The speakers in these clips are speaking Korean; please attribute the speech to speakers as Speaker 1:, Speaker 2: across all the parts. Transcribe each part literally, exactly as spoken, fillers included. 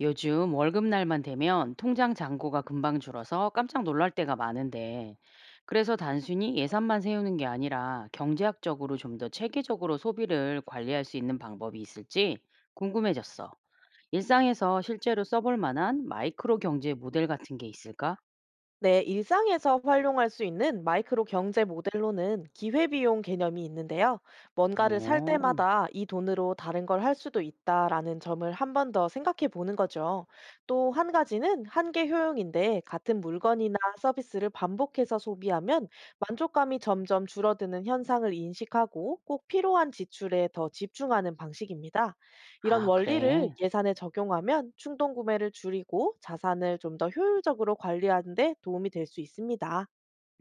Speaker 1: 요즘 월급날만 되면 통장 잔고가 금방 줄어서 깜짝 놀랄 때가 많은데, 그래서 단순히 예산만 세우는 게 아니라 경제학적으로 좀 더 체계적으로 소비를 관리할 수 있는 방법이 있을지 궁금해졌어. 일상에서 실제로 써볼 만한 마이크로 경제 모델 같은 게 있을까?
Speaker 2: 네, 일상에서 활용할 수 있는 마이크로 경제 모델로는 기회비용 개념이 있는데요. 뭔가를 살
Speaker 1: 오,
Speaker 2: 때마다 이 돈으로 다른 걸 할 수도 있다라는 점을 한 번 더 생각해 보는 거죠. 또 한 가지는 한계 효용인데, 같은 물건이나 서비스를 반복해서 소비하면 만족감이 점점 줄어드는 현상을 인식하고 꼭 필요한 지출에 더 집중하는 방식입니다. 이런
Speaker 1: 아,
Speaker 2: 원리를
Speaker 1: 그래.
Speaker 2: 예산에 적용하면 충동 구매를 줄이고 자산을 좀 더 효율적으로 관리하는 데 도움이 될 수 있습니다.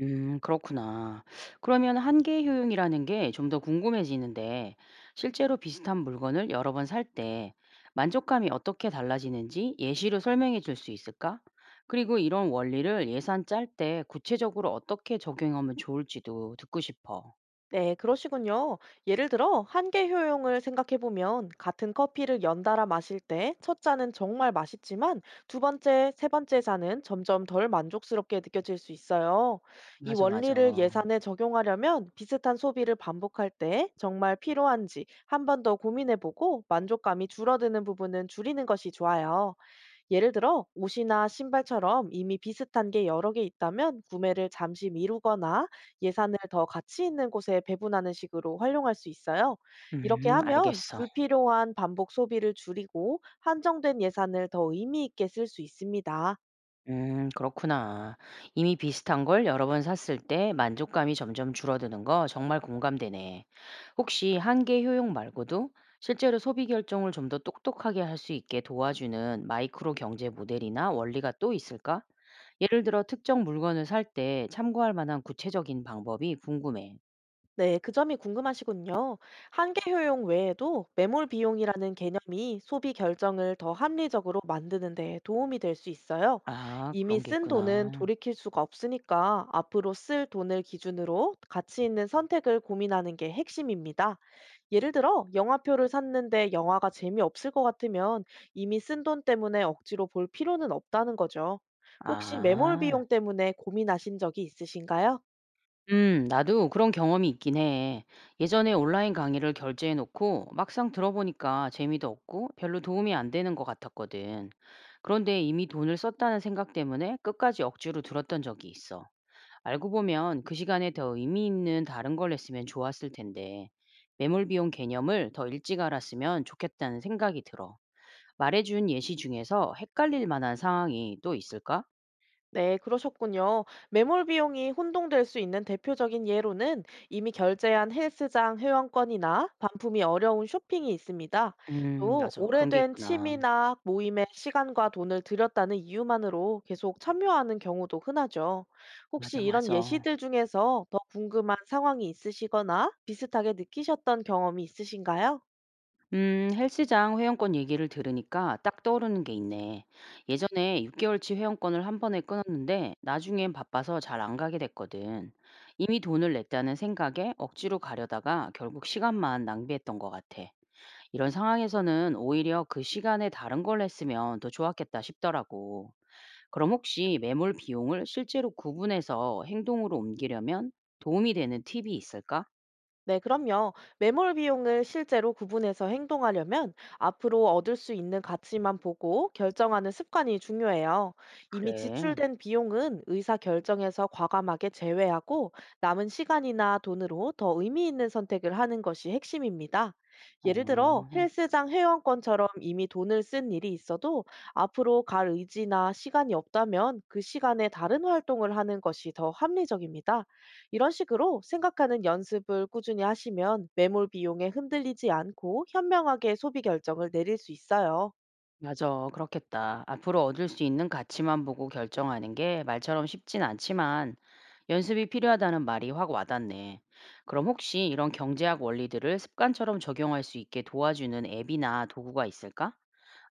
Speaker 1: 음 그렇구나. 그러면 한계 효용이라는 게 좀 더 궁금해지는데 실제로 비슷한 물건을 여러 번 살 때 만족감이 어떻게 달라지는지 예시로 설명해 줄 수 있을까? 그리고 이런 원리를 예산 짤 때 구체적으로 어떻게 적용하면 좋을지도 듣고 싶어.
Speaker 2: 네, 그러시군요. 예를 들어, 한계 효용을 생각해보면, 같은 커피를 연달아 마실 때, 첫 잔은 정말 맛있지만, 두 번째, 세 번째 잔은 점점 덜 만족스럽게 느껴질 수 있어요. 이
Speaker 1: 맞아,
Speaker 2: 원리를
Speaker 1: 맞아.
Speaker 2: 예산에 적용하려면, 비슷한 소비를 반복할 때, 정말 필요한지 한 번 더 고민해보고, 만족감이 줄어드는 부분은 줄이는 것이 좋아요. 예를 들어, 옷이나 신발처럼 이미 비슷한 게 여러 개 있다면 구매를 잠시 미루거나 예산을 더 가치 있는 곳에 배분하는 식으로 활용할 수 있어요. 이렇게
Speaker 1: 음,
Speaker 2: 하면
Speaker 1: 알겠어.
Speaker 2: 불필요한 반복 소비를 줄이고 한정된 예산을 더 의미 있게 쓸 수 있습니다.
Speaker 1: 음, 그렇구나. 이미 비슷한 걸 여러 번 샀을 때 만족감이 점점 줄어드는 거 정말 공감되네. 혹시 한계 효용 말고도 실제로 소비 결정을 좀 더 똑똑하게 할 수 있게 도와주는 마이크로 경제 모델이나 원리가 또 있을까? 예를 들어 특정 물건을 살 때 참고할 만한 구체적인 방법이 궁금해.
Speaker 2: 네, 그 점이 궁금하시군요. 한계 효용 외에도 매몰 비용이라는 개념이 소비 결정을 더 합리적으로 만드는 데 도움이 될 수 있어요.
Speaker 1: 아,
Speaker 2: 이미
Speaker 1: 그런 게
Speaker 2: 쓴 돈은
Speaker 1: 있구나.
Speaker 2: 돌이킬 수가 없으니까 앞으로 쓸 돈을 기준으로 가치 있는 선택을 고민하는 게 핵심입니다. 예를 들어, 영화표를 샀는데 영화가 재미없을 것 같으면 이미 쓴 돈 때문에 억지로 볼 필요는 없다는 거죠. 혹시 매몰
Speaker 1: 아.
Speaker 2: 비용 때문에 고민하신 적이 있으신가요?
Speaker 1: 음, 나도 그런 경험이 있긴 해. 예전에 온라인 강의를 결제해 놓고 막상 들어보니까 재미도 없고 별로 도움이 안 되는 것 같았거든. 그런데 이미 돈을 썼다는 생각 때문에 끝까지 억지로 들었던 적이 있어. 알고 보면 그 시간에 더 의미 있는 다른 걸 했으면 좋았을 텐데, 매몰 비용 개념을 더 일찍 알았으면 좋겠다는 생각이 들어. 말해준 예시 중에서 헷갈릴 만한 상황이 또 있을까?
Speaker 2: 네, 그러셨군요. 매몰 비용이 혼동될 수 있는 대표적인 예로는 이미 결제한 헬스장 회원권이나 반품이 어려운 쇼핑이 있습니다.
Speaker 1: 음,
Speaker 2: 또
Speaker 1: 맞아. 그런 게
Speaker 2: 오래된
Speaker 1: 있구나.
Speaker 2: 취미나 모임에 시간과 돈을 들였다는 이유만으로 계속 참여하는 경우도 흔하죠.
Speaker 1: 맞아,
Speaker 2: 혹시 이런
Speaker 1: 맞아.
Speaker 2: 예시들 중에서 더 궁금한 상황이 있으시거나 비슷하게 느끼셨던 경험이 있으신가요?
Speaker 1: 음, 헬스장 회원권 얘기를 들으니까 딱 떠오르는 게 있네. 예전에 육 개월 치 회원권을 한 번에 끊었는데 나중엔 바빠서 잘 안 가게 됐거든. 이미 돈을 냈다는 생각에 억지로 가려다가 결국 시간만 낭비했던 것 같아. 이런 상황에서는 오히려 그 시간에 다른 걸 했으면 더 좋았겠다 싶더라고. 그럼 혹시 매몰 비용을 실제로 구분해서 행동으로 옮기려면 도움이 되는 팁이 있을까?
Speaker 2: 네, 그럼요. 매몰 비용을 실제로 구분해서 행동하려면 앞으로 얻을 수 있는 가치만 보고 결정하는 습관이 중요해요. 이미
Speaker 1: 그래.
Speaker 2: 지출된 비용은 의사 결정에서 과감하게 제외하고 남은 시간이나 돈으로 더 의미 있는 선택을 하는 것이 핵심입니다. 예를 들어,
Speaker 1: 어.
Speaker 2: 헬스장 회원권처럼 이미 돈을 쓴 일이 있어도 앞으로 갈 의지나 시간이 없다면 그 시간에 다른 활동을 하는 것이 더 합리적입니다. 이런 식으로 생각하는 연습을 꾸준히 하시면 매몰 비용에 흔들리지 않고 현명하게 소비 결정을 내릴 수 있어요.
Speaker 1: 맞아. 그렇겠다. 앞으로 얻을 수 있는 가치만 보고 결정하는 게 말처럼 쉽진 않지만 연습이 필요하다는 말이 확 와닿네. 그럼 혹시 이런 경제학 원리들을 습관처럼 적용할 수 있게 도와주는 앱이나 도구가 있을까?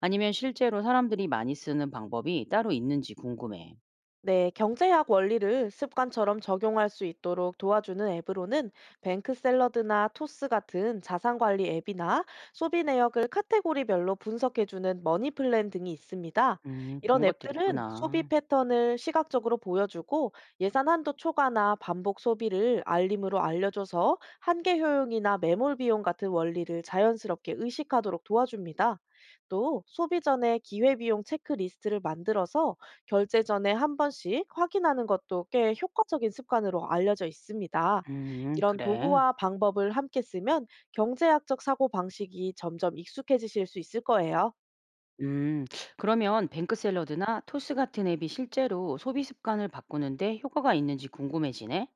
Speaker 1: 아니면 실제로 사람들이 많이 쓰는 방법이 따로 있는지 궁금해.
Speaker 2: 네, 경제학 원리를 습관처럼 적용할 수 있도록 도와주는 앱으로는 뱅크샐러드나 토스 같은 자산관리 앱이나 소비 내역을 카테고리별로 분석해주는 머니플랜 등이 있습니다.
Speaker 1: 음,
Speaker 2: 이런
Speaker 1: 그런 것들
Speaker 2: 앱들은 소비
Speaker 1: 있구나.
Speaker 2: 패턴을 시각적으로 보여주고 예산 한도 초과나 반복 소비를 알림으로 알려줘서 한계 효용이나 매몰 비용 같은 원리를 자연스럽게 의식하도록 도와줍니다. 또 소비 전에 기회비용 체크리스트를 만들어서 결제 전에 한 번씩 확인하는 것도 꽤 효과적인 습관으로 알려져 있습니다.
Speaker 1: 음,
Speaker 2: 이런
Speaker 1: 그래.
Speaker 2: 도구와 방법을 함께 쓰면 경제학적 사고방식이 점점 익숙해지실 수 있을 거예요.
Speaker 1: 음, 그러면 뱅크 샐러드나 토스 같은 앱이 실제로 소비 습관을 바꾸는데 효과가 있는지 궁금해지네.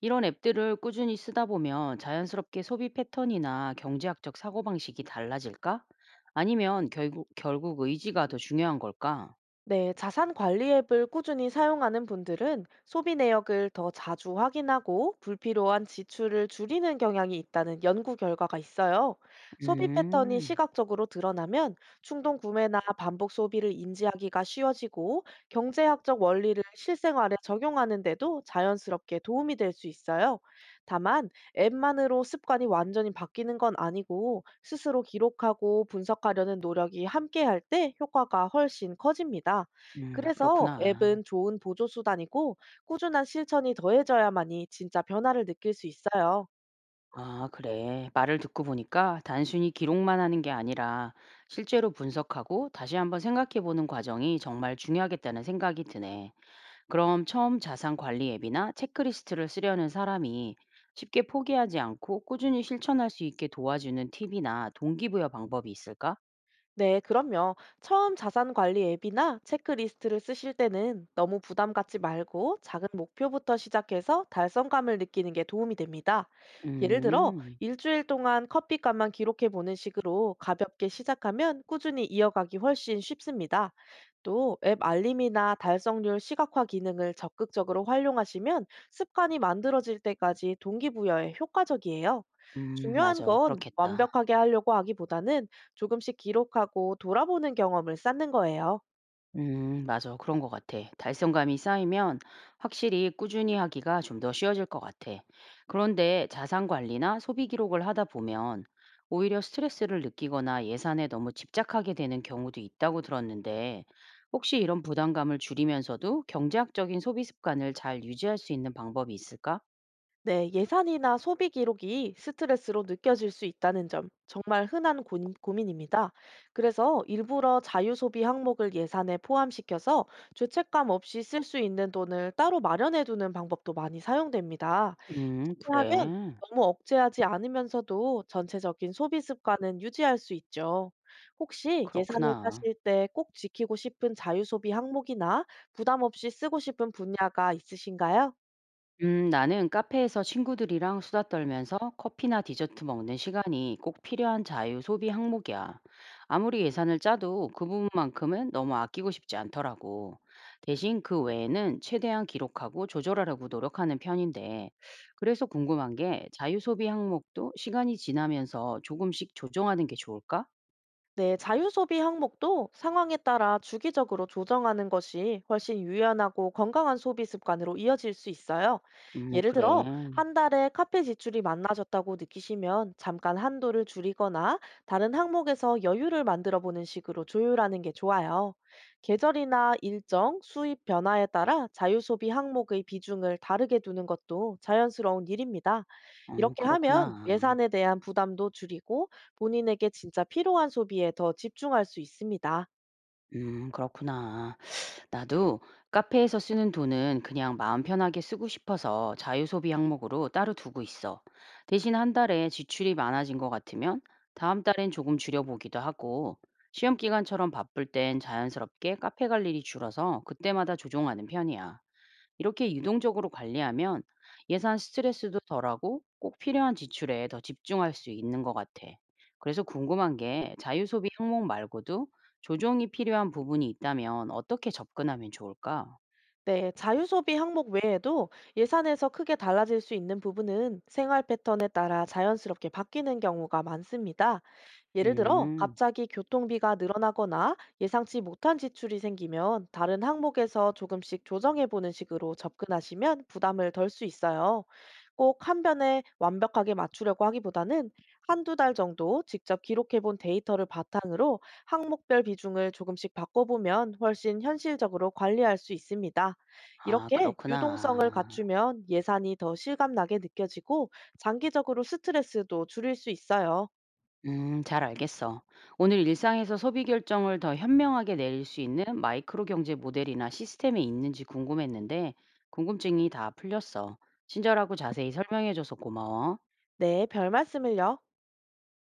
Speaker 1: 이런 앱들을 꾸준히 쓰다 보면 자연스럽게 소비 패턴이나 경제학적 사고방식이 달라질까? 아니면 결국, 결국 의지가 더 중요한 걸까?
Speaker 2: 네, 자산 관리 앱을 꾸준히 사용하는 분들은 소비 내역을 더 자주 확인하고 불필요한 지출을 줄이는 경향이 있다는 연구 결과가 있어요. 소비 패턴이
Speaker 1: 음,
Speaker 2: 시각적으로 드러나면 충동 구매나 반복 소비를 인지하기가 쉬워지고, 경제학적 원리를 실생활에 적용하는 데도 자연스럽게 도움이 될 수 있어요. 다만, 앱만으로 습관이 완전히 바뀌는 건 아니고 스스로 기록하고 분석하려는 노력이 함께 할 때 효과가 훨씬 커집니다.
Speaker 1: 음,
Speaker 2: 그래서
Speaker 1: 그렇구나.
Speaker 2: 앱은 좋은 보조수단이고, 꾸준한 실천이 더해져야만이 진짜 변화를 느낄 수 있어요.
Speaker 1: 아, 그래. 말을 듣고 보니까 단순히 기록만 하는 게 아니라 실제로 분석하고 다시 한번 생각해 보는 과정이 정말 중요하겠다는 생각이 드네. 그럼 처음 자산 관리 앱이나 체크리스트를 쓰려는 사람이 쉽게 포기하지 않고 꾸준히 실천할 수 있게 도와주는 팁이나 동기부여 방법이 있을까?
Speaker 2: 네, 그럼요. 처음 자산 관리 앱이나 체크리스트를 쓰실 때는 너무 부담 갖지 말고 작은 목표부터 시작해서 달성감을 느끼는 게 도움이 됩니다. 예를 들어,
Speaker 1: 음,
Speaker 2: 일주일 동안 커피값만 기록해 보는 식으로 가볍게 시작하면 꾸준히 이어가기 훨씬 쉽습니다. 또 앱 알림이나 달성률 시각화 기능을 적극적으로 활용하시면 습관이 만들어질 때까지 동기부여에 효과적이에요.
Speaker 1: 음,
Speaker 2: 중요한
Speaker 1: 맞아.
Speaker 2: 건
Speaker 1: 그렇겠다.
Speaker 2: 완벽하게 하려고 하기보다는 조금씩 기록하고 돌아보는 경험을 쌓는 거예요.
Speaker 1: 음, 맞아. 그런 것 같아. 달성감이 쌓이면 확실히 꾸준히 하기가 좀 더 쉬워질 것 같아. 그런데 자산 관리나 소비 기록을 하다 보면 오히려 스트레스를 느끼거나 예산에 너무 집착하게 되는 경우도 있다고 들었는데, 혹시 이런 부담감을 줄이면서도 경제학적인 소비 습관을 잘 유지할 수 있는 방법이 있을까?
Speaker 2: 네, 예산이나 소비 기록이 스트레스로 느껴질 수 있다는 점 정말 흔한 고, 민입니다. 그래서 일부러 자유 소비 항목을 예산에 포함시켜서 죄책감 없이 쓸 수 있는 돈을 따로 마련해 두는 방법도 많이 사용됩니다.
Speaker 1: 음,
Speaker 2: 그렇게 하면
Speaker 1: 그래.
Speaker 2: 너무 억제하지 않으면서도 전체적인 소비 습관은 유지할 수 있죠. 혹시 예산을
Speaker 1: 그렇구나.
Speaker 2: 짜실 때 꼭 지키고 싶은 자유소비 항목이나 부담 없이 쓰고 싶은 분야가 있으신가요?
Speaker 1: 음, 나는 카페에서 친구들이랑 수다 떨면서 커피나 디저트 먹는 시간이 꼭 필요한 자유 소비 항목이야. 아무리 예산을 짜도 그 부분만큼은 너무 아끼고 싶지 않더라고. 대신 그 외에는 최대한 기록하고 조절하려고 노력하는 편인데, 그래서 궁금한 게 자유 소비 항목도 시간이 지나면서 조금씩 조정하는 게 좋을까?
Speaker 2: 네, 자유소비 항목도 상황에 따라 주기적으로 조정하는 것이 훨씬 유연하고 건강한 소비 습관으로 이어질 수 있어요.
Speaker 1: 음,
Speaker 2: 예를
Speaker 1: 그래.
Speaker 2: 들어, 한 달에 카페 지출이 많아졌다고 느끼시면 잠깐 한도를 줄이거나 다른 항목에서 여유를 만들어 보는 식으로 조율하는 게 좋아요. 계절이나 일정, 수입 변화에 따라 자유소비 항목의 비중을 다르게 두는 것도 자연스러운 일입니다.
Speaker 1: 어,
Speaker 2: 이렇게 하면
Speaker 1: 그렇구나.
Speaker 2: 예산에 대한 부담도 줄이고 본인에게 진짜 필요한 소비에 더 집중할 수 있습니다.
Speaker 1: 음, 그렇구나. 나도 카페에서 쓰는 돈은 그냥 마음 편하게 쓰고 싶어서 자유소비 항목으로 따로 두고 있어. 대신 한 달에 지출이 많아진 것 같으면 다음 달엔 조금 줄여보기도 하고, 시험 기간처럼 바쁠 땐 자연스럽게 카페 갈 일이 줄어서 그때마다 조정하는 편이야. 이렇게 유동적으로 관리하면 예산 스트레스도 덜하고 꼭 필요한 지출에 더 집중할 수 있는 것 같아. 그래서 궁금한 게 자유소비 항목 말고도 조정이 필요한 부분이 있다면 어떻게 접근하면 좋을까?
Speaker 2: 네, 자유 소비 항목 외에도 예산에서 크게 달라질 수 있는 부분은 생활 패턴에 따라 자연스럽게 바뀌는 경우가 많습니다. 예를 들어,
Speaker 1: 음,
Speaker 2: 갑자기 교통비가 늘어나거나 예상치 못한 지출이 생기면 다른 항목에서 조금씩 조정해 보는 식으로 접근하시면 부담을 덜 수 있어요. 꼭 한 변에 완벽하게 맞추려고 하기보다는 한두 달 정도 직접 기록해 본 데이터를 바탕으로 항목별 비중을 조금씩 바꿔보면 훨씬 현실적으로 관리할 수 있습니다.
Speaker 1: 아,
Speaker 2: 이렇게 유동성을
Speaker 1: 그렇구나.
Speaker 2: 갖추면 예산이 더 실감나게 느껴지고 장기적으로 스트레스도 줄일 수 있어요.
Speaker 1: 음, 잘 알겠어. 오늘 일상에서 소비 결정을 더 현명하게 내릴 수 있는 마이크로 경제 모델이나 시스템이 있는지 궁금했는데 궁금증이 다 풀렸어. 친절하고 자세히 설명해줘서 고마워.
Speaker 2: 네, 별 말씀을요.